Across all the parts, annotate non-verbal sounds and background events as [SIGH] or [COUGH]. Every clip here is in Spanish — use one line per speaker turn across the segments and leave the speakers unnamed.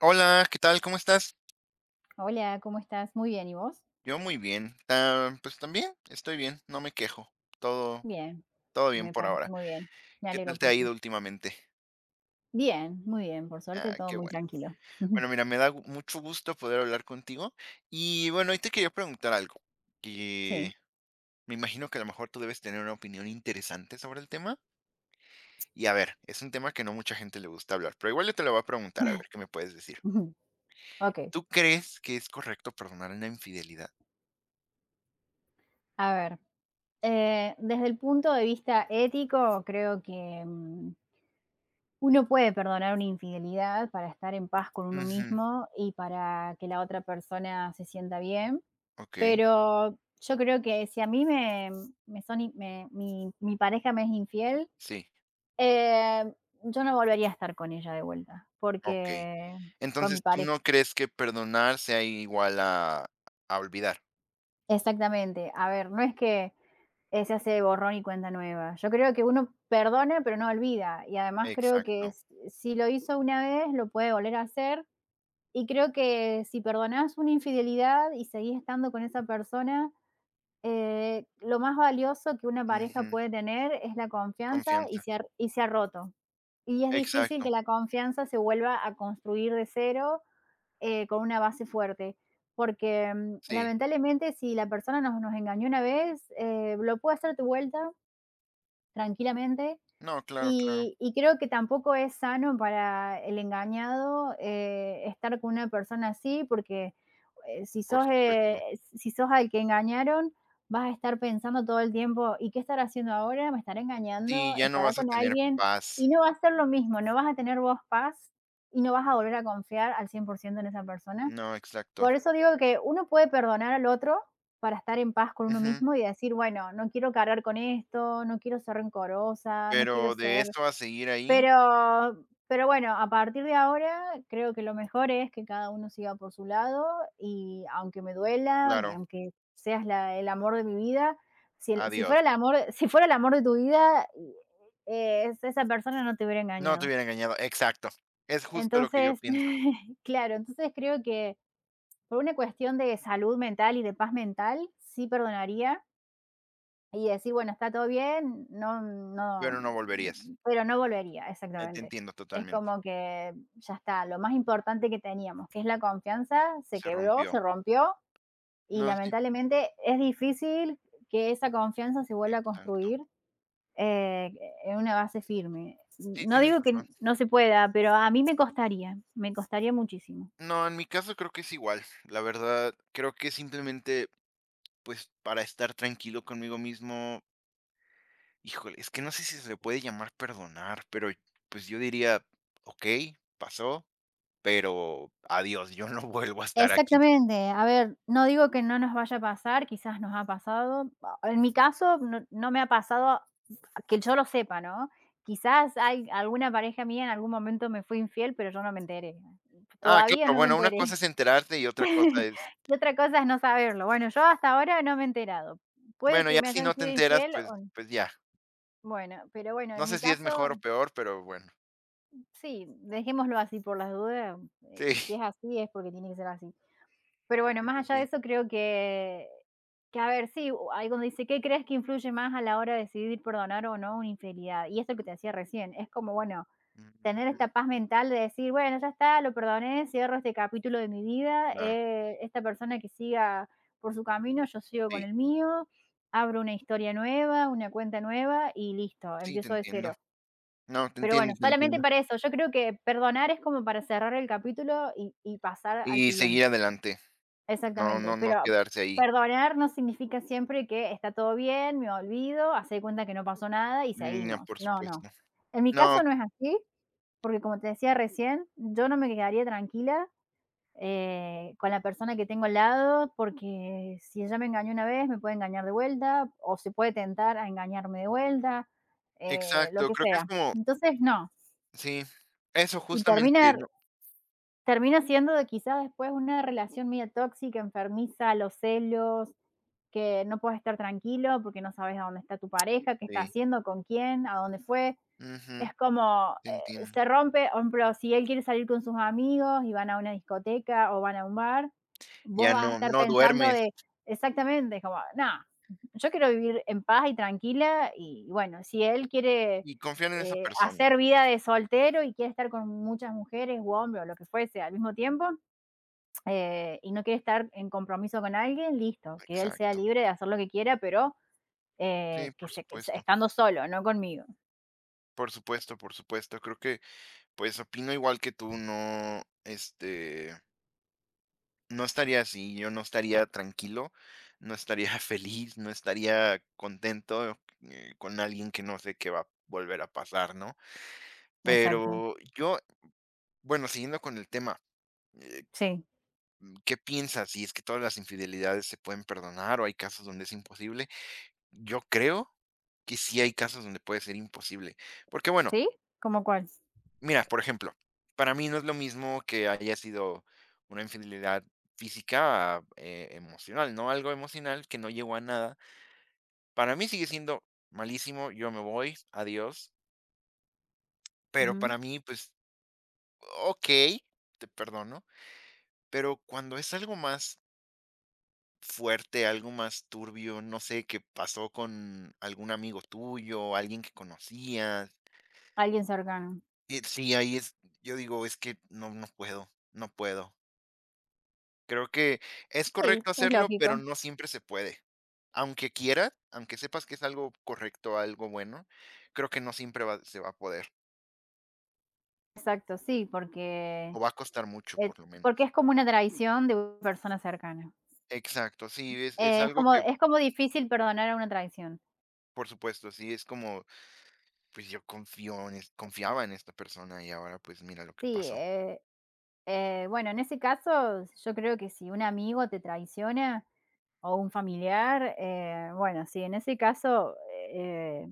Hola, ¿qué tal? ¿Cómo estás?
Hola, ¿cómo estás? Muy bien, ¿y vos?
Yo muy bien. Ah, pues también estoy bien, no me quejo. Todo,
Bien,
todo bien
me
por
parece
ahora.
muy bien. Me
¿Qué
alegro
tal te
por
ha
ti.
ido últimamente?
Bien, muy bien, por suerte
Ah,
todo
qué
muy
bueno.
tranquilo. [LAUGHS]
Bueno, mira, me da mucho gusto poder hablar contigo. Y bueno, hoy te quería preguntar algo, que
Sí.
me imagino que a lo mejor tú debes tener una opinión interesante sobre el tema. Y a ver, es un tema que no mucha gente le gusta hablar, pero igual yo te lo voy a preguntar, a ver qué me puedes decir.
[LAUGHS] Ok,
¿Tú crees que es correcto perdonar una infidelidad?
a ver. Desde el punto de vista ético, creo que uno puede perdonar una infidelidad para estar en paz con uno
Ujú,
mismo y para que la otra persona se sienta bien.
ok,
Pero yo creo que si a mí me, me son, in- me- mi pareja me es infiel,
sí,
Eh, yo no volvería a estar con ella de vuelta,
ok.
porque con mi
Entonces, ¿tú
pareja
no crees que perdonar sea igual a olvidar?
exactamente. A ver, no es que, se hace borrón y cuenta nueva. Yo creo que uno perdona, pero no olvida. Y además creo que
Exacto.
s si lo hizo una vez, lo puede volver a hacer. Y creo que si perdonás una infidelidad y seguís estando con esa persona, lo más valioso que una pareja
Ujú.
puede tener es la confianza y
Confianza.
se ha y se ha roto. Y es difícil
Exacto.
que la confianza se vuelva a construir de cero con una base fuerte. Porque
Sí.
lamentablemente si la persona nos engañó una vez, lo puede hacer de vuelta tranquilamente
No, claro, claro.
y creo que tampoco es sano para el engañado estar con una persona así porque eh, si
Por
sos, eh,
supuesto.
si sos al que engañaron, vas a estar pensando todo el tiempo, ¿y qué estará haciendo ahora? ¿Me estará
Sí,
engañando?
ya no
¿Estará
vas a
con
tener
alguien?
paz.
Y no va a ser lo mismo, no vas a tener vos paz y no vas a volver a confiar al 100% en esa persona.
No, exacto.
Por eso digo que uno puede perdonar al otro para estar en paz con uno
Ujú.
mismo y decir, bueno, no quiero cargar con esto, no quiero ser rencorosa, no quiero
Pero de
ser,
eso a seguir ahí,
pero bueno, a partir de ahora creo que lo mejor es que cada uno siga por su lado y aunque me duela, y
claro,
aunque seas la el amor de mi vida, si fuera
adiós.
el amor [LAUGHS] si fuera el amor de tu vida, esa persona no te hubiera
No te
engañado.
hubiera engañado. Exacto. Es justo lo que yo
Entonces,
pienso,
[LAUGHS] claro, entonces creo que por una cuestión de salud mental y de paz mental, sí perdonaría y decir: "Bueno, está todo bien, no
pero
no",
no volverías.
pero no volvería,
Te
exactamente.
entiendo
Es
totalmente.
como que ya está, lo más importante que teníamos, que es la confianza, se
Se
quebró,
rompió.
se rompió y
No, sí,
lamentablemente es difícil que esa confianza se vuelva a
exacto.
construir, eh, en una base firme.
Sí,
No
tienes
digo que
razón.
no se pueda, pero a mí me costaría muchísimo.
No, en mi caso creo que es igual. La verdad, creo que simplemente, pues, para estar tranquilo conmigo mismo, híjole, es que no sé si se le puede llamar perdonar, pero pues yo diría, ok, pasó, pero adiós, yo no [LAUGHS] vuelvo a estar aquí.
Exactamente. A ver, no digo que no nos vaya a pasar, quizás nos ha pasado. En mi caso, no me ha pasado ah, que yo lo sepa, ¿no? Quizás hay alguna pareja mía en algún momento me fue infiel, pero yo no me enteré.
Ah,
Todavía
claro,
no me
bueno, una cosa
enteré.
es enterarte y otra cosa
[LAUGHS]
es,
Y otra cosa es no saberlo. Bueno, yo hasta ahora no me he enterado. Puede
bueno,
que
ya
me
si
hayan
no te
sido
enteras,
infiel
pues,
o
pues ya.
pero bueno, en
No
mi
sé si es
caso,
mejor o peor, pero bueno.
sí, dejémoslo así por las dudas,
Sí,
si es
[LAUGHS]
así, es porque tiene que ser así. Pero bueno,
sí, sí,
más allá de
sí.
eso, creo que a ver, sí, u ahí donde dice: "¿Qué crees que influye más a la hora de decidir perdonar o no una infidelidad?". Y esto que te decía recién, es como, bueno, tener
Ujú,
esta paz mental de decir: "Bueno, ya está, lo perdoné, cierro este capítulo de mi vida,
claro,
esta persona que siga por su camino, yo sigo con
sí,
el mío, abro una historia nueva, una cuenta nueva y listo,
sí, te
empiezo de
entiendo.
cero".
No, te
Pero bueno,
entiendo, te
solamente
entiendo.
para eso, yo creo que perdonar es como para cerrar el capítulo y pasar al
Y seguir
siguiente.
adelante. No,
Exactamente,
no, no
pero
quedarse ahí.
perdonar no significa siempre que está todo bien, me olvido, haz cuenta que no pasó nada y
No,
seguimos.
por
No, no.
supuesto.
En mi
No,
caso no es así, porque como te decía recién, yo no me quedaría tranquila, con la persona que tengo al lado, porque si ella me engañó una vez, me puede engañar de vuelta o se puede tentar a engañarme de vuelta, lo
exacto,
que
creo que es
sea.
como
Entonces, no.
sí, eso
Y
justamente,
termina
no
termina siendo de quizás después una relación media tóxica, enfermiza, los celos, que no puedes estar tranquilo porque no sabes a dónde está tu pareja, qué está
sí,
haciendo, con quién, a dónde fue.
ujú,
Es como,
te entiendo.
se rompe, por ejemplo, si él quiere salir con sus amigos y van a una discoteca o van a un bar, vos
Ya
vas a
no
estar pensando
duermes
de, exactamente, como, no, yo quiero vivir en paz y tranquila y bueno, si él quiere
y confiar en esa persona.
hacer vida de soltero y quiere estar con muchas mujeres u hombres o lo que fuese al mismo tiempo, y no quiere estar en compromiso con alguien, listo, que él sea
Exacto.
libre de hacer lo que quiera, pero
Sí, por supuesto.
estando solo, no conmigo.
Por supuesto, por supuesto. Creo que, pues, opino igual que tú, no, este, no estaría así, yo no estaría tranquilo, no estaría [LAUGHS] feliz, no estaría contento, con alguien que no sé qué va a volver a pasar, ¿no?
Exacto.
Pero yo, bueno, siguiendo con el tema, eh,
Sí.
¿qué piensas? Si es que todas las infidelidades se pueden perdonar o hay casos donde es imposible. Yo creo que sí hay casos donde puede ser imposible. Porque bueno,
¿Sí? ¿Cómo cuál?
mira, por ejemplo, para mí no es lo mismo que haya sido una infidelidad física a, emocional, ¿no? Algo emocional que no llegó a nada. Para mí sigue siendo malísimo, yo me voy, adiós. Pero
Ujú.
para mí, pues, ok, te perdono. Pero cuando es algo más fuerte, algo más turbio, no sé, que pasó con algún amigo tuyo, alguien que conocías.
Alguien cercano.
Sí, ahí es, yo digo, es que no, no puedo, no puedo. Creo que es
Sí,
correcto
es
hacerlo,
lógico.
pero no siempre se puede. Aunque quieras, aunque sepas que es algo correcto, algo bueno, creo que no siempre se va a poder,
Exacto, sí,
o va a costar mucho,
eh,
por lo
porque
menos.
es como una traición de una persona cercana.
Exacto, sí, es
Eh, es,
algo
como,
que,
es como difícil perdonar a una traición.
por supuesto, sí, es como, pues yo confío en, confiaba en esta persona y ahora pues mira lo que
Sí,
pasó.
bueno, en ese caso yo creo que si un amigo te traiciona, o un familiar, bueno, sí, en ese caso, eh,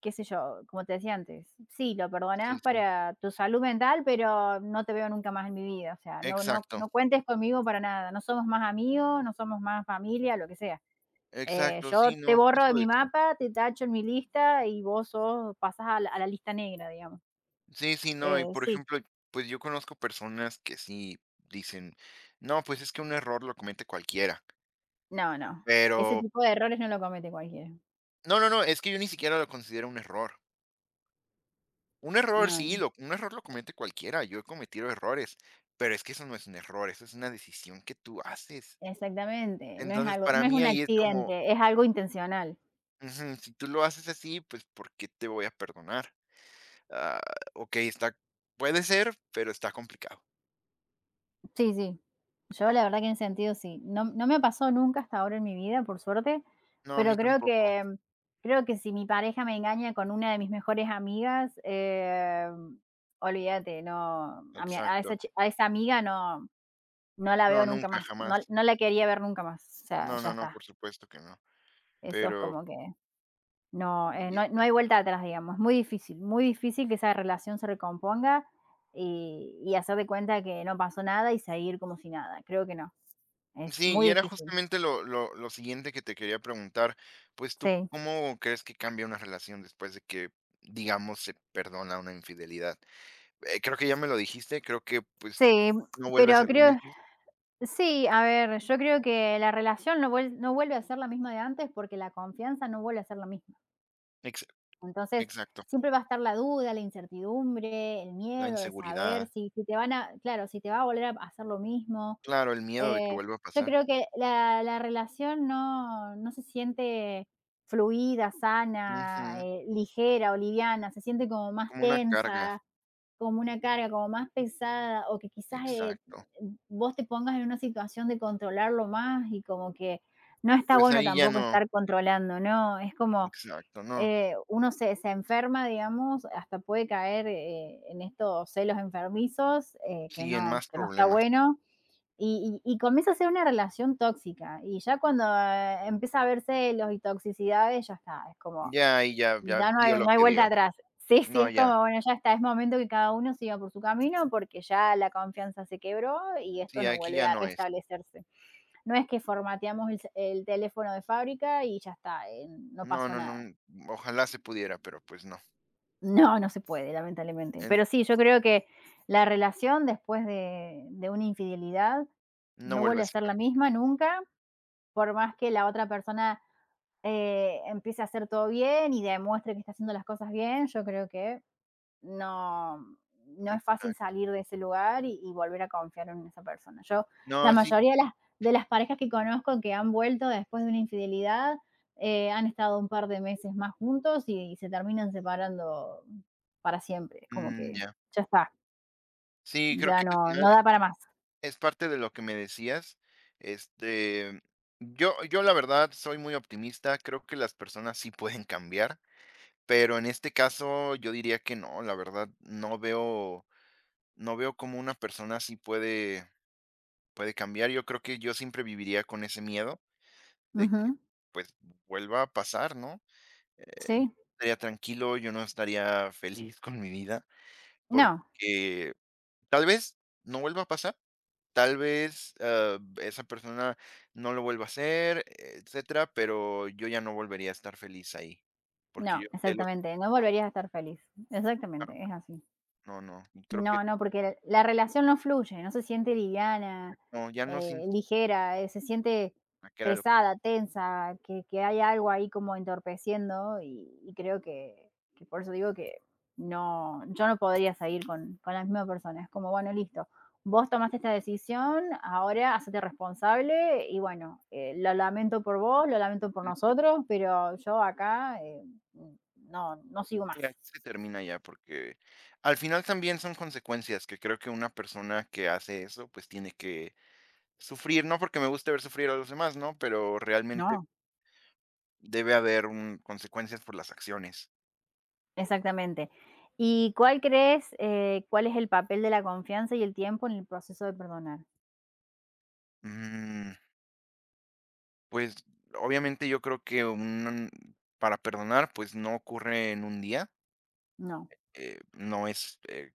qué sé yo, como te decía antes, sí, lo
Sí,
perdonás
sí.
para tu salud mental, pero no te veo nunca más en mi vida, o sea, no no
Exacto,
no cuentes conmigo para nada, no somos más amigos, no somos más familia, lo que sea. Eh,
exacto,
yo
sí,
te
no,
borro de
justo
mi
eso.
mapa, te tacho en mi lista y vos sos pasás a la lista negra, digamos.
Sí, sí, no, y
Eh,
por
sí,
ejemplo, pues yo conozco personas que sí dicen, no, pues es que un error lo comete cualquiera,
no, no, ese
pero
tipo de errores no lo comete cualquiera.
no, no, no, es que yo ni siquiera lo considero un error. Un error
No.
sí,
No.
un error lo comete cualquiera, yo he cometido errores, pero es que eso no es un error, eso es una decisión que tú haces.
Exactamente, no es
Entonces,
algo no
para
es
mí
un
ahí es como,
accidente, es algo intencional.
ujú, si tú lo haces así, pues ¿por qué te voy a perdonar? Ah, ok, está, puede ser, pero está complicado.
Sí, sí. Yo la verdad que en ese sentido sí. No me pasó nunca hasta ahora en mi vida, por suerte,
No, a
pero
mí tampoco.
creo que si mi pareja me engaña con una de mis mejores amigas, olvídate, no, a mi a esa
Exacto.
chi a esa amiga no la veo
No,
nunca
nunca,
más, no
jamás.
no la quería ver nunca más, o sea,
No,
ya
no, no,
está.
por supuesto que no.
Eso es
Pero
como que no,
y es
no no hay
eso.
vuelta atrás, digamos. Es muy difícil que esa relación se recomponga y hacer de cuenta que no pasó nada y seguir como si nada. Creo que no. Es
Sí,
muy
y era
difícil.
justamente lo siguiente que te quería preguntar, pues, ¿tú
Sí,
cómo crees que cambia una relación después de que, digamos, se perdona una infidelidad? Creo que ya me lo dijiste, creo que, pues,
sí,
no vuelve a
pero
ser lo
creo
mismo.
sí, a ver, yo creo que la relación no vuelve a ser la misma de antes porque la confianza no vuelve a ser la misma.
Ex
Entonces,
Exacto,
siempre va a estar la duda, la incertidumbre, el
la
miedo de saber
inseguridad.
si te van a claro, si te va a volver a hacer lo mismo,
Claro, el miedo de que
Eh,
vuelva a
yo
pasar.
creo que la relación no se siente fluida,
Ujú,
sana, ligera o liviana, se siente como más
como una carga,
tensa, como una carga, como más pesada, o que quizás,
exacto.
vos te pongas en una situación de controlarlo más y como que no está
Pues
bueno
ahí ya
tampoco
no
estar controlando, ¿no? Es como,
exacto, no,
uno se enferma, digamos, hasta puede caer, en estos celos enfermizos, que
siguen
no
más
que no está
problemas.
bueno. Y comienza a ser una relación tóxica. Y ya cuando empieza a haber celos y toxicidades, ya está, es como,
Ya, y ya ya
ya no hay,
dio
no
lo
hay
que
vuelta
dio.
atrás. Sí, sí,
No,
es
ya.
como, bueno, ya está, es momento que cada uno siga por su camino porque ya la confianza se quebró y esto
Sí,
no
aquí
vuelve
ya
a
no es.
restablecerse. No es que formateamos el teléfono de fábrica y ya está, no
No,
pasó
no,
nada.
no. Ojalá se pudiera, pero, pues, no.
No, no se puede, lamentablemente.
En
Pero sí, yo creo que la relación después de una infidelidad
no
no
vuelve
vuelve
a
a
ser
ser
lo
la
mismo.
misma nunca por más que la otra persona, empiece a hacer todo bien y demuestre que está haciendo las cosas bien, yo creo que no, no es fácil
Exacto.
salir de ese lugar y volver a confiar en esa persona. Yo, la
No, sí.
mayoría de de las parejas que conozco que han vuelto después de una infidelidad, han estado un par de meses más juntos y, se terminan separando para siempre. Como
Mm,
que
ya.
ya está,
Sí, creo
ya
que al
no,
final
no da para más.
es parte de lo que me decías. Este, yo la verdad soy muy optimista, creo que las personas sí pueden cambiar, pero en este caso yo diría que no, la verdad no veo no veo cómo una persona sí puede puede cambiar. Yo creo que yo siempre viviría con ese miedo. De que,
Ujú,
pues, vuelva a pasar, ¿no? Yo
sí,
no estaría tranquilo, yo no estaría feliz [LAUGHS] con mi vida,
no.
porque tal vez no vuelva a pasar, tal vez, ah, esa persona no lo vuelva a hacer, etcétera, pero yo ya no volvería a estar feliz ahí,
No,
porque yo sé lo que
exactamente,
[LAUGHS]
no
no,
volverías a estar feliz. Exactamente, es así.
claro, no, no, y creo que
No, no, porque la relación no fluye, no se siente liviana,
no, ya no sientes
ligera, se siente
que era lo que
pesada, tensa, que hay algo ahí como entorpeciendo y creo que por eso digo que no, yo no podría seguir con la misma persona. Es como, bueno, listo, vos tomaste esta decisión, ahora hacete responsable y bueno, lo lamento por vos, lo lamento por
sientes,
nosotros, pero yo acá, no, no sigo más,
ya se termina ya, porque al final también son consecuencias que creo que una persona que hace eso, pues, tiene que sufrir, no porque me guste ver sufrir a los demás, ¿no? Pero realmente
¿no?
debe haber un consecuencias por las acciones.
Exactamente. ¿Y cuál crees, cuál es el papel de la confianza y el tiempo en el proceso de perdonar?
Mm, pues, obviamente, yo creo que un para perdonar, pues, no ocurre en un día,
No,
no es,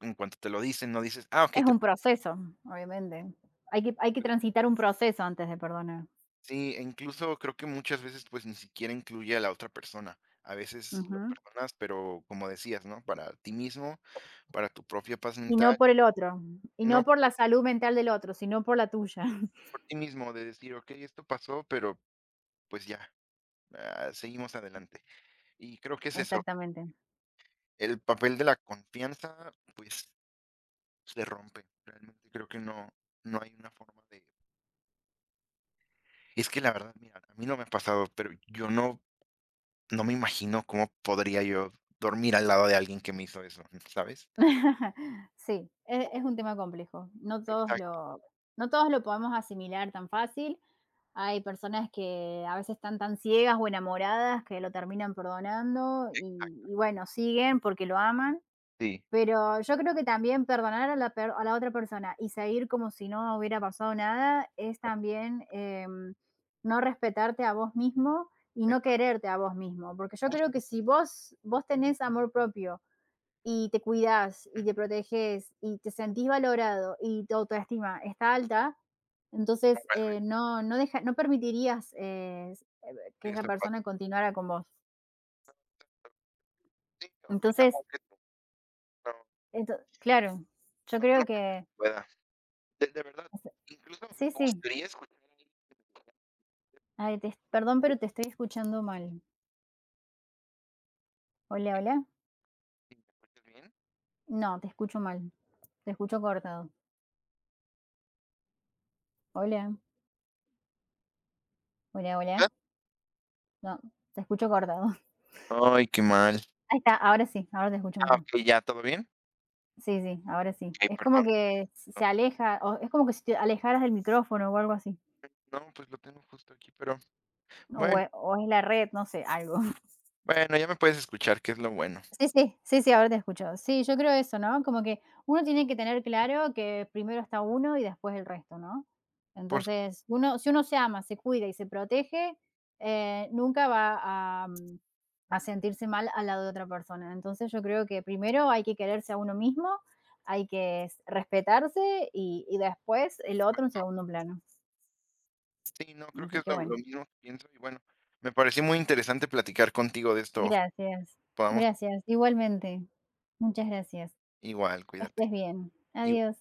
en cuanto te lo dicen, no dices: "Ah, okey,
es
te"
un
[LAUGHS]
proceso, obviamente. Hay que transitar un proceso antes de perdonar.
sí, e incluso creo que muchas veces, pues, ni siquiera incluye a la otra persona. A veces lo
Ujú.
perdonas, pero como decías, ¿no? Para ti mismo, para tu propia paz
Y no
mental,
por el otro, y no
no
por la salud mental del otro, sino por la tuya. [LAUGHS]
por ti mismo, de decir: "Okey, esto pasó, pero, pues, ya". Ah, seguimos adelante. Y creo que es eso,
Exactamente.
el papel de la confianza, pues, se rompe. Realmente creo que no no hay una forma de es que la verdad, mira, a mí no me ha pasado, pero yo no no me imagino cómo podría yo dormir al lado de alguien que me hizo eso, ¿sabes?
[LAUGHS] Sí, es un tema complejo. No todos
Exacto,
lo no todos lo podemos asimilar tan fácil. Hay personas que a veces están tan ciegas o enamoradas que lo terminan perdonando y bueno, siguen porque lo aman,
sí.
pero yo creo que también perdonar a la per a la otra persona y seguir como si no hubiera pasado nada es también, no respetarte a vos mismo y no
Exacto,
quererte a vos mismo, porque yo creo que
justo.
si vos tenés amor propio y te cuidas y
Ujú,
te proteges y te sentís valorado y tu autoestima está alta,
no
entonces,
vuelve,
no permitirías, que
sí,
esa
eso
persona
pasa.
continuara con vos.
Sí, opino
Entonces,
igual que tú. No,
ento claro, yo
no, no
creo que
creo que se pueda. De verdad, incluso
sí,
me
sí.
gustaría escuchar a alguien
Ay, te perdón, pero te estoy escuchando mal. Hola, hola.
si me escuchas bien.
No, te escucho mal. Te escucho cortado. Hola, hola, hola.
¿Ah?
No, te escucho cortado. [LAUGHS]
Ay, qué mal.
Ahí está, ahora sí, ahora te escucho
Ah,
mejor.
okey, ya, ¿todo bien?
Sí, sí, ahora sí.
Okey,
Es como
perdón.
que se aleja, o es como que si te alejaras del micrófono o algo así,
No, no, pues lo tengo justo aquí, pero bueno,
o es la red, no sé, algo.
bueno, ya me puedes escuchar, que es lo bueno.
Sí, sí, sí, sí, ahora te escucho. Sí, yo creo eso, ¿no? Como que uno tiene que tener claro que primero está uno y después el resto, ¿no?
Por su-
Entonces, uno, si uno se ama, se cuida y se protege, nunca va a, mm, a sentirse mal al lado de otra persona. Entonces, yo creo que primero hay que quererse a uno mismo, hay que respetarse y después el otro en segundo plano.
sí, no, creo
Así
que es
que
lo
bueno,
mismo que pienso y bueno, me pareció muy interesante platicar contigo de esto.
gracias.
Podamos
Gracias, igualmente. Muchas gracias.
igual,
Que
cuídate.
estés bien. Adiós.